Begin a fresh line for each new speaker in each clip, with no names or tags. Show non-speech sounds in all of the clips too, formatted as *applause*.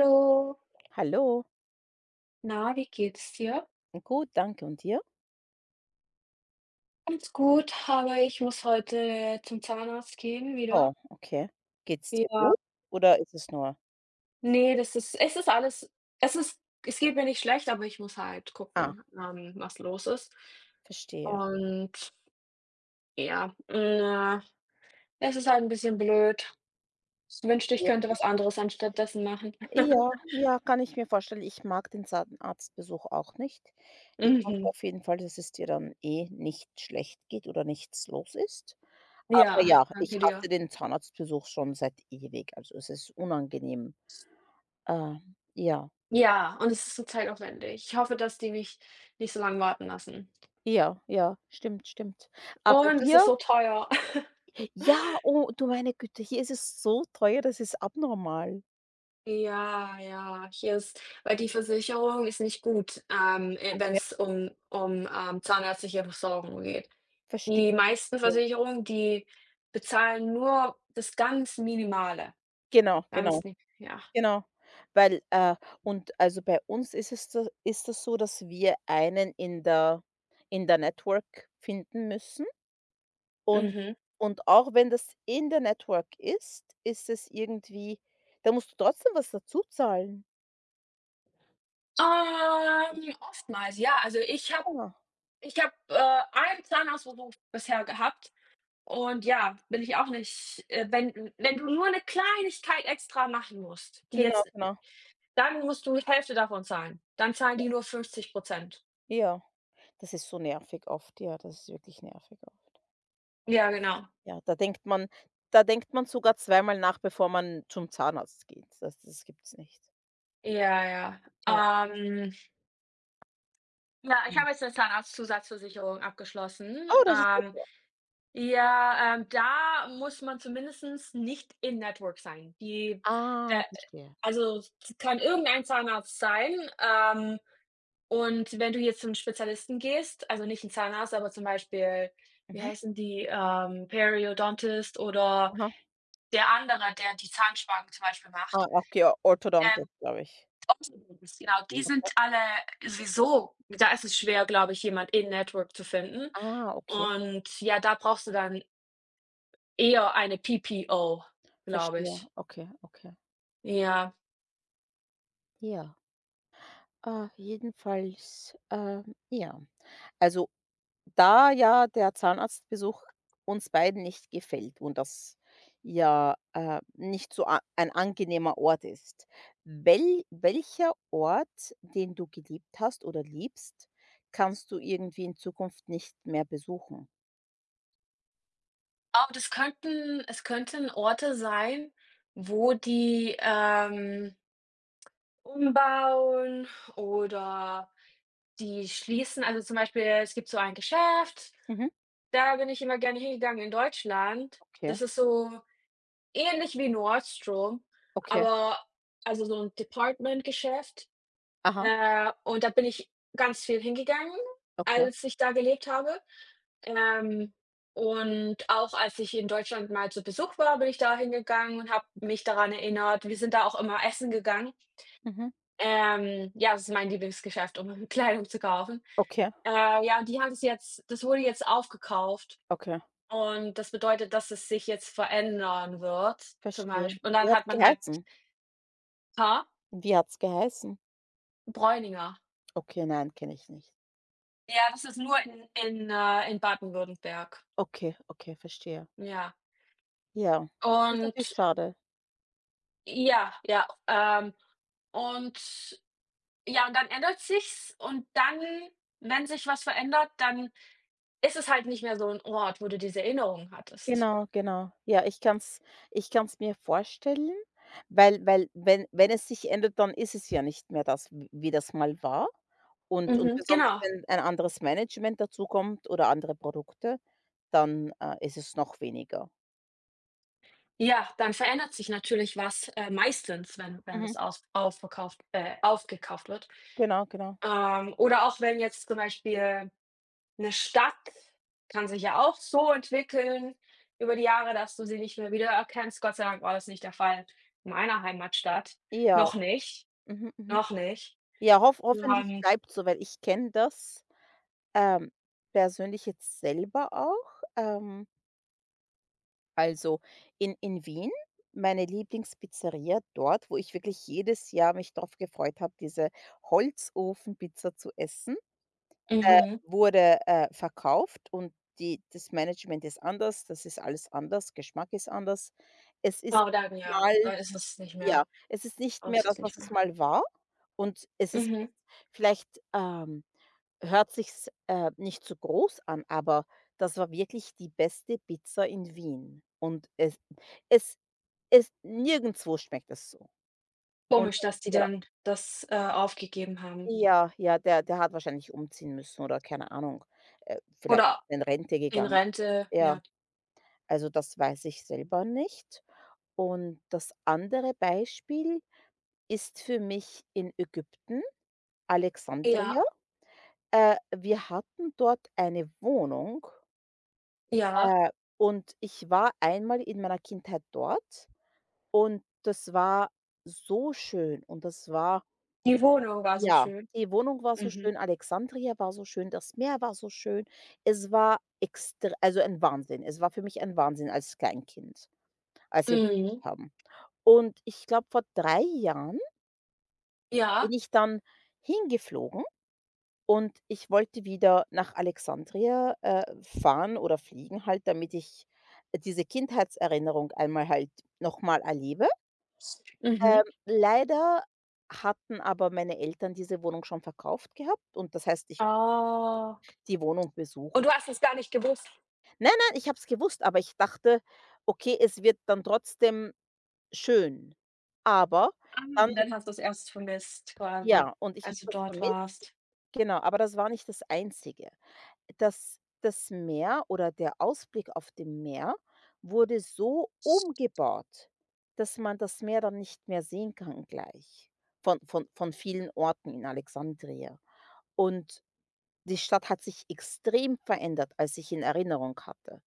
Hallo,
Hallo,
na, wie geht's dir?
gut, danke. Und dir?
Ganz gut, aber ich muss heute zum Zahnarzt gehen wieder.
Oh, okay. Geht's dir
Ja,
gut oder ist es nur
nee, das ist es ist alles es ist es geht mir nicht schlecht, aber ich muss halt
ah,
gucken, was los ist.
verstehe.
Und ja, na, es ist halt ein bisschen blöd. Ich wünschte, ich
Ja.
könnte was anderes anstatt dessen machen. *laughs*
Ja, ja, kann ich mir vorstellen. Ich mag den Zahnarztbesuch auch nicht. Ich hoffe
Mhm.
auf jeden Fall, dass es dir dann eh nicht schlecht geht oder nichts los ist. Aber
Ja,
ja, ich
danke dir.
hasse den Zahnarztbesuch schon seit ewig. Also es ist unangenehm. Ja,
Ja, und es ist so zeitaufwendig. Ich hoffe, dass die mich nicht so lange warten lassen.
ja, ja, stimmt, stimmt. Aber
Und es
hier,
ist so teuer. *laughs*
ja, oh, du meine Güte, hier ist es so teuer, das ist abnormal.
Ja, ja, hier ist, weil die Versicherung ist nicht gut,
Okay,
wenn's um zahnärztliche Versorgung geht.
verstehe.
Die meisten Versicherungen, die bezahlen nur das ganz Minimale,
Genau, genau,
ganz ni ja,
genau. Weil, und also bei uns ist es da ist das so, dass wir einen in der Network finden müssen und
mhm.
auch wenn das in der Network ist, ist es irgendwie da musst du trotzdem was dazuzahlen.
Oftmals, ja. Also,
Genau,
ich habe, einen Zahnarztbesuch bisher gehabt und ja, bin ich auch nicht wenn du nur eine Kleinigkeit extra machen musst, die
genau,
jetzt.
genau.
Dann musst du die Hälfte davon zahlen. Dann zahlen die nur 50%.
Ja, das ist so nervig oft. Ja, das ist wirklich nervig oft.
Ja, genau.
Ja, da denkt man sogar zweimal nach, bevor man zum Zahnarzt geht. Das gibt's nicht.
Ja, ja.
Ja.
Ja, ich habe jetzt 'ne Zahnarztzusatzversicherung abgeschlossen.
Oh, das ist super.
Ja, da muss man zumindestens nicht in Network sein. Die
Ah,
der
verstehe.
also, es kann irgendein Zahnarzt sein, und wenn du jetzt zum Spezialisten gehst, also nicht 'n Zahnarzt, aber zum Beispiel, wie
Mhm.
heißen die, Periodontist oder
Aha.
der andere, der die Zahnspangen zum Beispiel
Ah,
macht.
okay, Orthodontist,
Ähm,
glaube ich.
genau, die
Okay.
sind alle sowieso, da ist es schwer, glaube ich, jemand in Network zu finden.
Ah, okay,
Und ja, da brauchst du dann eher eine PPO, glaube
verstehe.
ich.
Okay, okay.
Ja.
Ja, ah, jedenfalls, ja. Also, da ja der Zahnarztbesuch uns beiden nicht gefällt und das ja, nicht so a ein angenehmer Ort ist, welcher Ort, den du geliebt hast oder liebst, kannst du irgendwie in Zukunft nicht mehr besuchen?
Aber das könnten Orte sein, wo die, umbauen oder die schließen. Also, zum Beispiel, es gibt so ein Geschäft,
Mhm.
da bin ich immer gerne hingegangen in Deutschland.
Okay.
Das ist so ähnlich wie Nordstrom,
Okay.
aber also so 'n Departmentgeschäft,
Aha,
und da bin ich ganz viel hingegangen,
okay,
als ich da gelebt habe. Ähm, und auch als ich in Deutschland mal zu Besuch war, bin ich da hingegangen und habe
okay.
mich daran erinnert. Wir sind da auch immer essen gegangen.
Mhm.
Ja, das ist mein Lieblingsgeschäft, um *laughs* Kleidung zu kaufen.
Okay,
Ja, die haben es jetzt das wurde jetzt aufgekauft
okay,
und das bedeutet, dass es sich jetzt verändern wird, zum
verstehe.
Beisp und
Wie
dann
hat's
hat man halt.
geheißen?
Ha?
Wie hat's geheißen?
Bräuninger.
Okay, nein, kenne ich nicht.
Ja, das ist nur in Baden-Württemberg.
Okay, okay, verstehe.
Ja.
Ja, das ist natürlich
Und
schade.
ja, ja, ähm, und ja, und dann ändert sich's und dann, wenn sich was verändert, dann ist es halt nicht mehr so 'n Ort, wo du diese Erinnerung hattest.
Genau, genau. Ja, ich kann's mir vorstellen, weil wenn es sich ändert, dann ist es ja nicht mehr das, w wie das mal war. Und
Mhm.
besonders,
Genau.
wenn ein anderes Management dazukommt oder andere Produkte, dann, ist es noch weniger.
Ja, dann verändert sich natürlich was, meistens, wenn wenn das
Mhm.
aus aufverkauft aufgekauft wird.
Genau, genau.
Oder auch wenn jetzt zum Beispiel eine Stadt kann sich ja auch so entwickeln über die Jahre, dass du sie nicht mehr wiedererkennst. Gott sei Dank war das nicht der Fall in meiner Heimatstadt.
Ja.
Noch nicht,
Mhm, mhm.
noch nicht.
Ja, hoffentlich
Ähm,
bleibt so, weil ich kenne das, ähm, persönlich jetzt selber auch. Also, in Wien, meine Lieblingspizzeria dort, wo ich wirklich jedes Jahr mich drauf gefreut habe, diese Holzofenpizza zu essen,
mhm,
wurde, verkauft und die das Management ist anders, das ist alles anders, Geschmack ist anders. Es ist
aber dann ja,
mal
dann ist es nicht
ja,
mehr,
es ist nicht
lohnt
mehr
sich
das, was
nicht
es
mehr.
mal war und es ist
Mhm.
vielleicht, hört sich's, nicht so groß an, aber das war wirklich die beste Pizza in Wien und es es nirgendwo schmeckt es so und
Komisch, dass die
ja,
dann das, aufgegeben haben.
ja, ja, der hat wahrscheinlich umziehen müssen oder keine Ahnung, vielleicht
Oder
in Rente
in
gegangen.
Rente,
Ja,
ja.
also das weiß ich selber nicht und das andere Beispiel ist für mich in Ägypten,
Ja,
Alexandria. Wir hatten dort eine Wohnung,
ja,
äh, und ich war einmal in meiner Kindheit dort und das war so schön und das war
die Wohnung war so
ja,
schön.
die Wohnung war so
Mhm,
schön, Alexandria war so schön, das Meer war so schön. Es war extr also ein Wahnsinn. Es war für mich ein Wahnsinn als Kleinkind, als wir besucht
mhm,
haben. Und ich glaube, vor 3 Jahren bin
ja,
ich dann hingeflogen und ich wollte wieder nach Alexandria, fahren oder fliegen halt, damit ich diese Kindheitserinnerung einmal halt nochmal erlebe.
mhm.
Ähm, leider hatten aber meine Eltern diese Wohnung schon verkauft gehabt und das heißt, ich
Oh,
die Wohnung besucht.
und du hast es gar nicht gewusst?
Nein, nein, ich habe es gewusst, aber ich dachte: „Okay, es wird dann trotzdem schön.“ Aber
Ah,
dann
und dann hast du es erst vermisst quasi,
ja, und ich habe
als du
das
dort
vermisst.
warst.
Genau, aber das war nicht das Einzige. Das Meer oder der Ausblick auf dem Meer wurde so umgebaut, dass man das Meer dann nicht mehr sehen kann gleich von vielen Orten in Alexandria. Und die Stadt hat sich extrem verändert, als ich in Erinnerung hatte.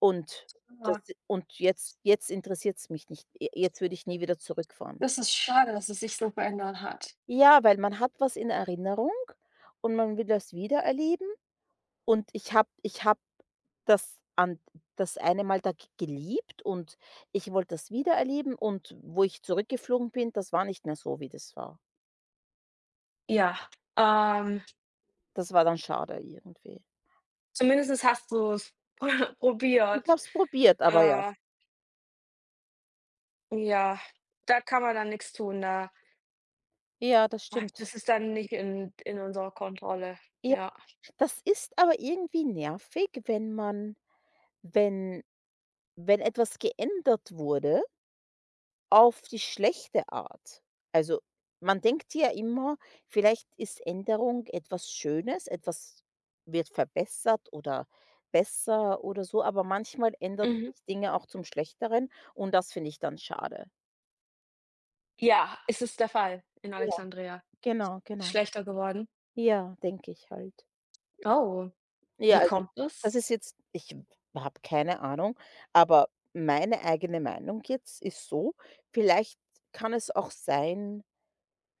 Und das
Ja,
und jetzt interessiert es mich nicht. Jetzt würde ich nie wieder zurückfahren.
das ist schade, dass es sich so verändert hat.
Ja, weil man hat was in Erinnerung und man will das wiedererleben und ich hab das an das eine Mal da g geliebt und ich wollte das wiedererleben und wo ich zurückgeflogen bin, das war nicht mehr so, wie das war.
Ja, ähm,
Das war dann schade irgendwie.
zumindest hast du es *laughs*
Ich
probiert.
habe es probiert, aber ja.
Äh, ja, da kann man dann nichts tun, da
Ja, das
ah,
stimmt.
das ist dann nicht in unserer Kontrolle.
Ja,
Ja.
das ist aber irgendwie nervig, wenn man wenn wenn etwas geändert wurde auf die schlechte Art. Also, man denkt ja immer, vielleicht ist Änderung etwas Schönes, etwas wird verbessert oder besser oder so, aber manchmal ändert
Mhm.
sich Dinge auch zum Schlechteren und das finde ich dann schade.
Ja, es ist der Fall in
Ja,
Alexandria.
genau, genau.
Schlechter geworden.
Ja, denke ich halt.
Oh,
Ja,
wie
also,
kommt
das
es?
ist jetzt ich habe keine Ahnung, aber meine eigene Meinung jetzt ist so, vielleicht kann es auch sein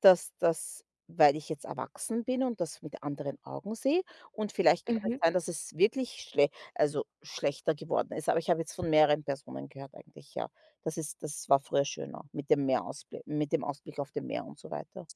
Dass das weil ich jetzt erwachsen bin und das mit anderen Augen sehe und vielleicht kann es
Mhm.
sein, dass es wirklich schle also, schlechter geworden ist, aber ich habe jetzt von mehreren Personen gehört eigentlich, ja. Das war früher schöner mit dem Meerausblick, mit dem Ausblick auf dem Meer und so weiter.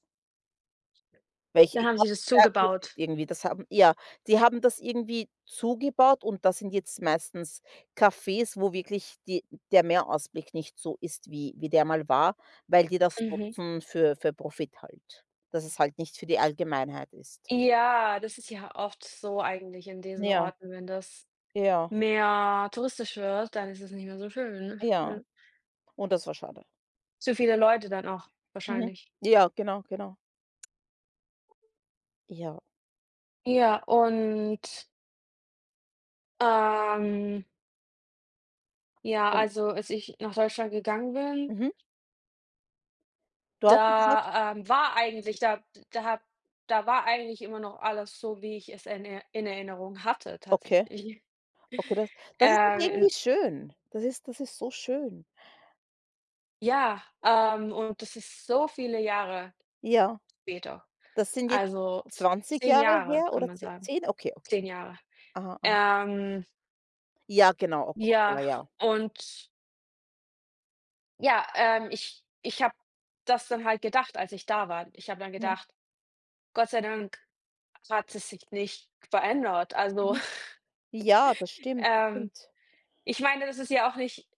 Welche
Dann
ich
haben sie
habe mich
das
da erkundigt
zugebaut.
irgendwie. Die haben das irgendwie zugebaut und das sind jetzt meistens Cafés, wo wirklich die der Mehrausblick nicht so ist, wie der mal war, weil die das
Mhm.
nutzen für Profit halt. Dass es halt nicht für die Allgemeinheit ist.
Ja, das ist ja oft so eigentlich in diesen
Ja,
Orten, wenn das
ja,
mehr touristisch wird, dann ist es nicht mehr so schön,
ja.
ne?
Und das war schade.
Zu viele Leute dann auch
Mhm.
wahrscheinlich.
Ja, genau, genau. Ja.
Ja, und, ähm, ja,
Und
also als ich nach Deutschland gegangen bin,
mhm, du hast mir gesagt?
da, war eigentlich da da hab da war eigentlich immer noch alles so, wie ich es in Er in Erinnerung hatte
Okay.
tatsächlich. *laughs*
Okay, das ist aber
Äh,
irgendwie schön. Das ist so schön.
ja, und das ist so viele Jahre
Ja.
später.
Das sind jetzt
Also,
20
zehn
Jahre
Jahre,
her
kann
oder
man
ze
sagen.
10? Okay, okay.
zehn Jahre.
Aha, aha.
Ähm,
Ja, genau, Op Opera,
ja,
ja.
und ja, ich habe das dann halt gedacht, als ich da war. Ich habe dann
Mhm,
gedacht: „Gott sei Dank hat es sich nicht verändert.“ Also,
mhm.
*laughs*
Ja, das stimmt, das
ähm,
stimmt.
ich meine, das ist ja auch nicht,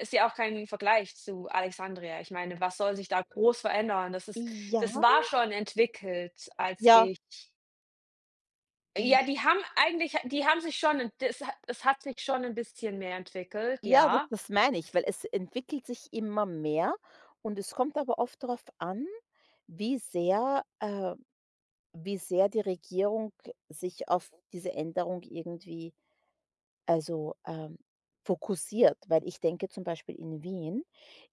ist ja auch kein Vergleich zu Alexandria. Ich meine, was soll sich da groß verändern? Das ist es
Ja,
war schon entwickelt, als
ja,
ich.
i
Ja, die haben sich schon 'n, das ha es hat sich schon 'n bisschen mehr entwickelt,
ja,
ja.
das meine ich, weil es entwickelt sich immer mehr und es kommt aber oft darauf an, wie sehr äh, wie sehr die Regierung sich auf diese Änderung irgendwie also, fokussiert, weil ich denke zum Beispiel in Wien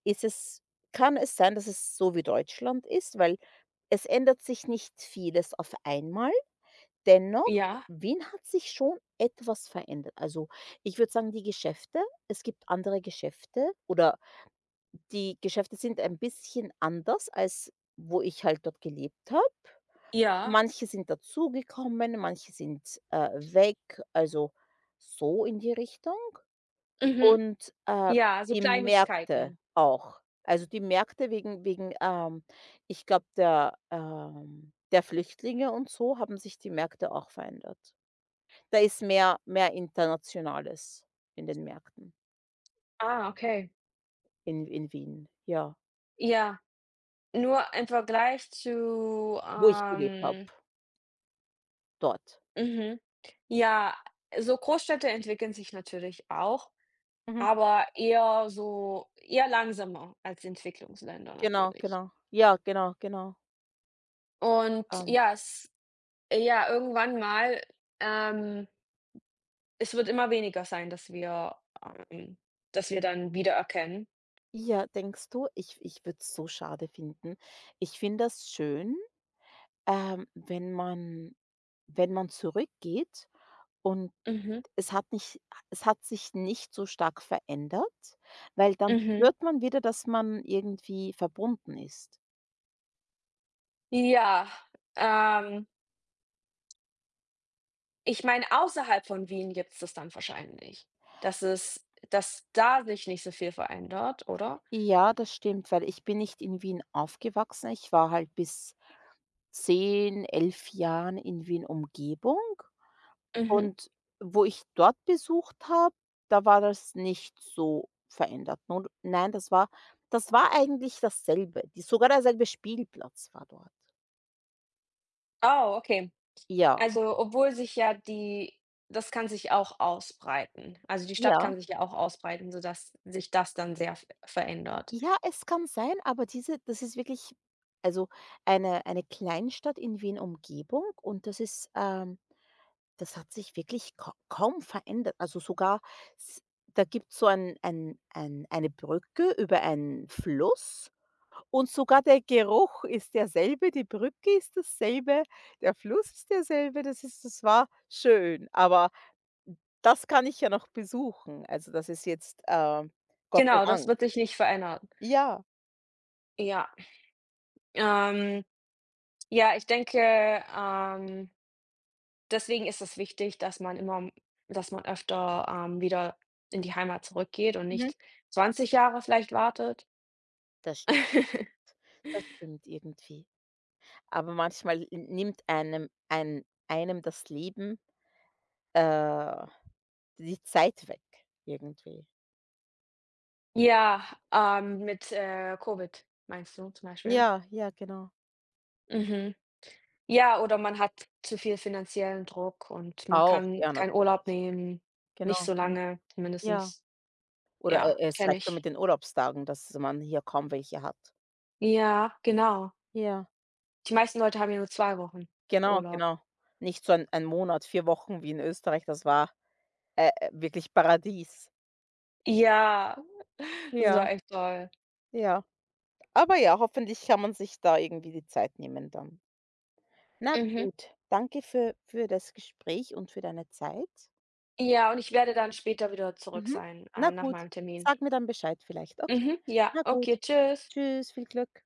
ist es kann es sein, dass es so wie Deutschland ist, weil es ändert sich nicht vieles auf einmal. Dennoch,
Ja,
Wien hat sich schon etwas verändert. Also, ich würde sagen, die Geschäfte es gibt andere Geschäfte oder die Geschäfte sind ein bisschen anders, als wo ich halt dort gelebt habe.
ja,
Manche sind dazugekommen, manche sind, weg, also so in die Richtung.
mhm,
Und,
ja, so
die Märkte
Kleinigkeiten.
auch. Also, die Märkte wegen, ich glaube, der Flüchtlinge und so haben sich die Märkte auch verändert. Da ist mehr Internationales in den Märkten
Ah, okay.
in Wien, ja,
Ja, nur im Vergleich zu,
wo ich gelebt habe, dort.
mhm, ja, so Großstädte entwickeln sich natürlich auch,
Mhm.
aber eher so eher langsamer als Entwicklungsländer
Genau,
natürlich.
genau. Ja, genau, genau.
Und
Ähm,
ja, es ja, irgendwann mal, ähm, es wird immer weniger sein, ähm, dass wir dann wiedererkennen.
ja, denkst du? Ich würde es so schade finden. Ich finde das schön, ähm, wenn man wenn man zurückgeht und
Mhm,
es hat nicht es hat sich nicht so stark verändert, weil dann
mhm.
spürt man wieder, dass man irgendwie verbunden ist.
Ja, ähm, ich meine, außerhalb von Wien gibt's das dann wahrscheinlich. Dass es, dass da sich nicht so viel verändert, oder?
Ja, das stimmt, weil ich bin nicht in Wien aufgewachsen. Ich war halt bis 10, 11 Jahren in Wien Umgebung
Mhm.
und wo ich dort besucht habe, da war das nicht so verändert. Nun nein, das war eigentlich dasselbe. Die sogar derselbe Spielplatz war dort.
Oh, okay.
Ja,
Also, obwohl sich ja die das kann sich auch ausbreiten. Also, die Stadt
ja.
kann sich ja auch ausbreiten, sodass sich das dann sehr v verändert.
Ja, es kann sein, aber diese das ist wirklich also eine Kleinstadt in Wien Umgebung und das ist, das hat sich wirklich ka kaum verändert. Also sogar s da gibt's so ein eine Brücke über einen Fluss und sogar der Geruch ist derselbe, die Brücke ist dasselbe, der Fluss ist derselbe. Das war schön, aber das kann ich ja noch besuchen. Also das ist jetzt, Gott sei
Genau, das
Dank.
wird sich nicht verändern.
Ja,
Ja, ähm, ja, ich denke, ähm, deswegen ist es wichtig, dass man öfter, wieder in die Heimat zurückgeht und
mhm.
nicht 20 Jahre vielleicht wartet.
das Das stimmt irgendwie. Aber manchmal n nimmt einem einem das Leben, äh, die Zeit weg irgendwie.
Ja, mit, Covid meinst du zum Beispiel?
Ja, ja, genau.
Mhm. Ja, oder man hat zu viel finanziellen Druck und man
Auch,
kann
ja,
keinen
natürlich.
Urlaub nehmen, nicht
Genau,
so
genau.
lange
Ja.
zumindestens.
Oder e
Ja,
es
kenne
reicht schon mit
ich.
den Urlaubstagen, dass man hier kaum welche hat.
Ja, genau.
Ja,
Die meisten Leute haben ja nur 2 Wochen
genau,
Urlaub.
genau. Nicht so ein Monat, 4 Wochen wie in Österreich, das war, wirklich Paradies.
Ja, *laughs* das
Ja,
war echt toll.
ja. Aber ja, hoffentlich kann man sich da irgendwie die Zeit nehmen dann. Na
Mhm.
gut, danke für das Gespräch und für deine Zeit.
Ja, und ich werde dann später wieder zurück
Mhm.
sein,
Na
nach
gut,
meinem Termin.
sag mir dann Bescheid vielleicht. Okay.
Mhm, ja,
Na
okay,
gut.
tschüss.
Tschüss, viel Glück.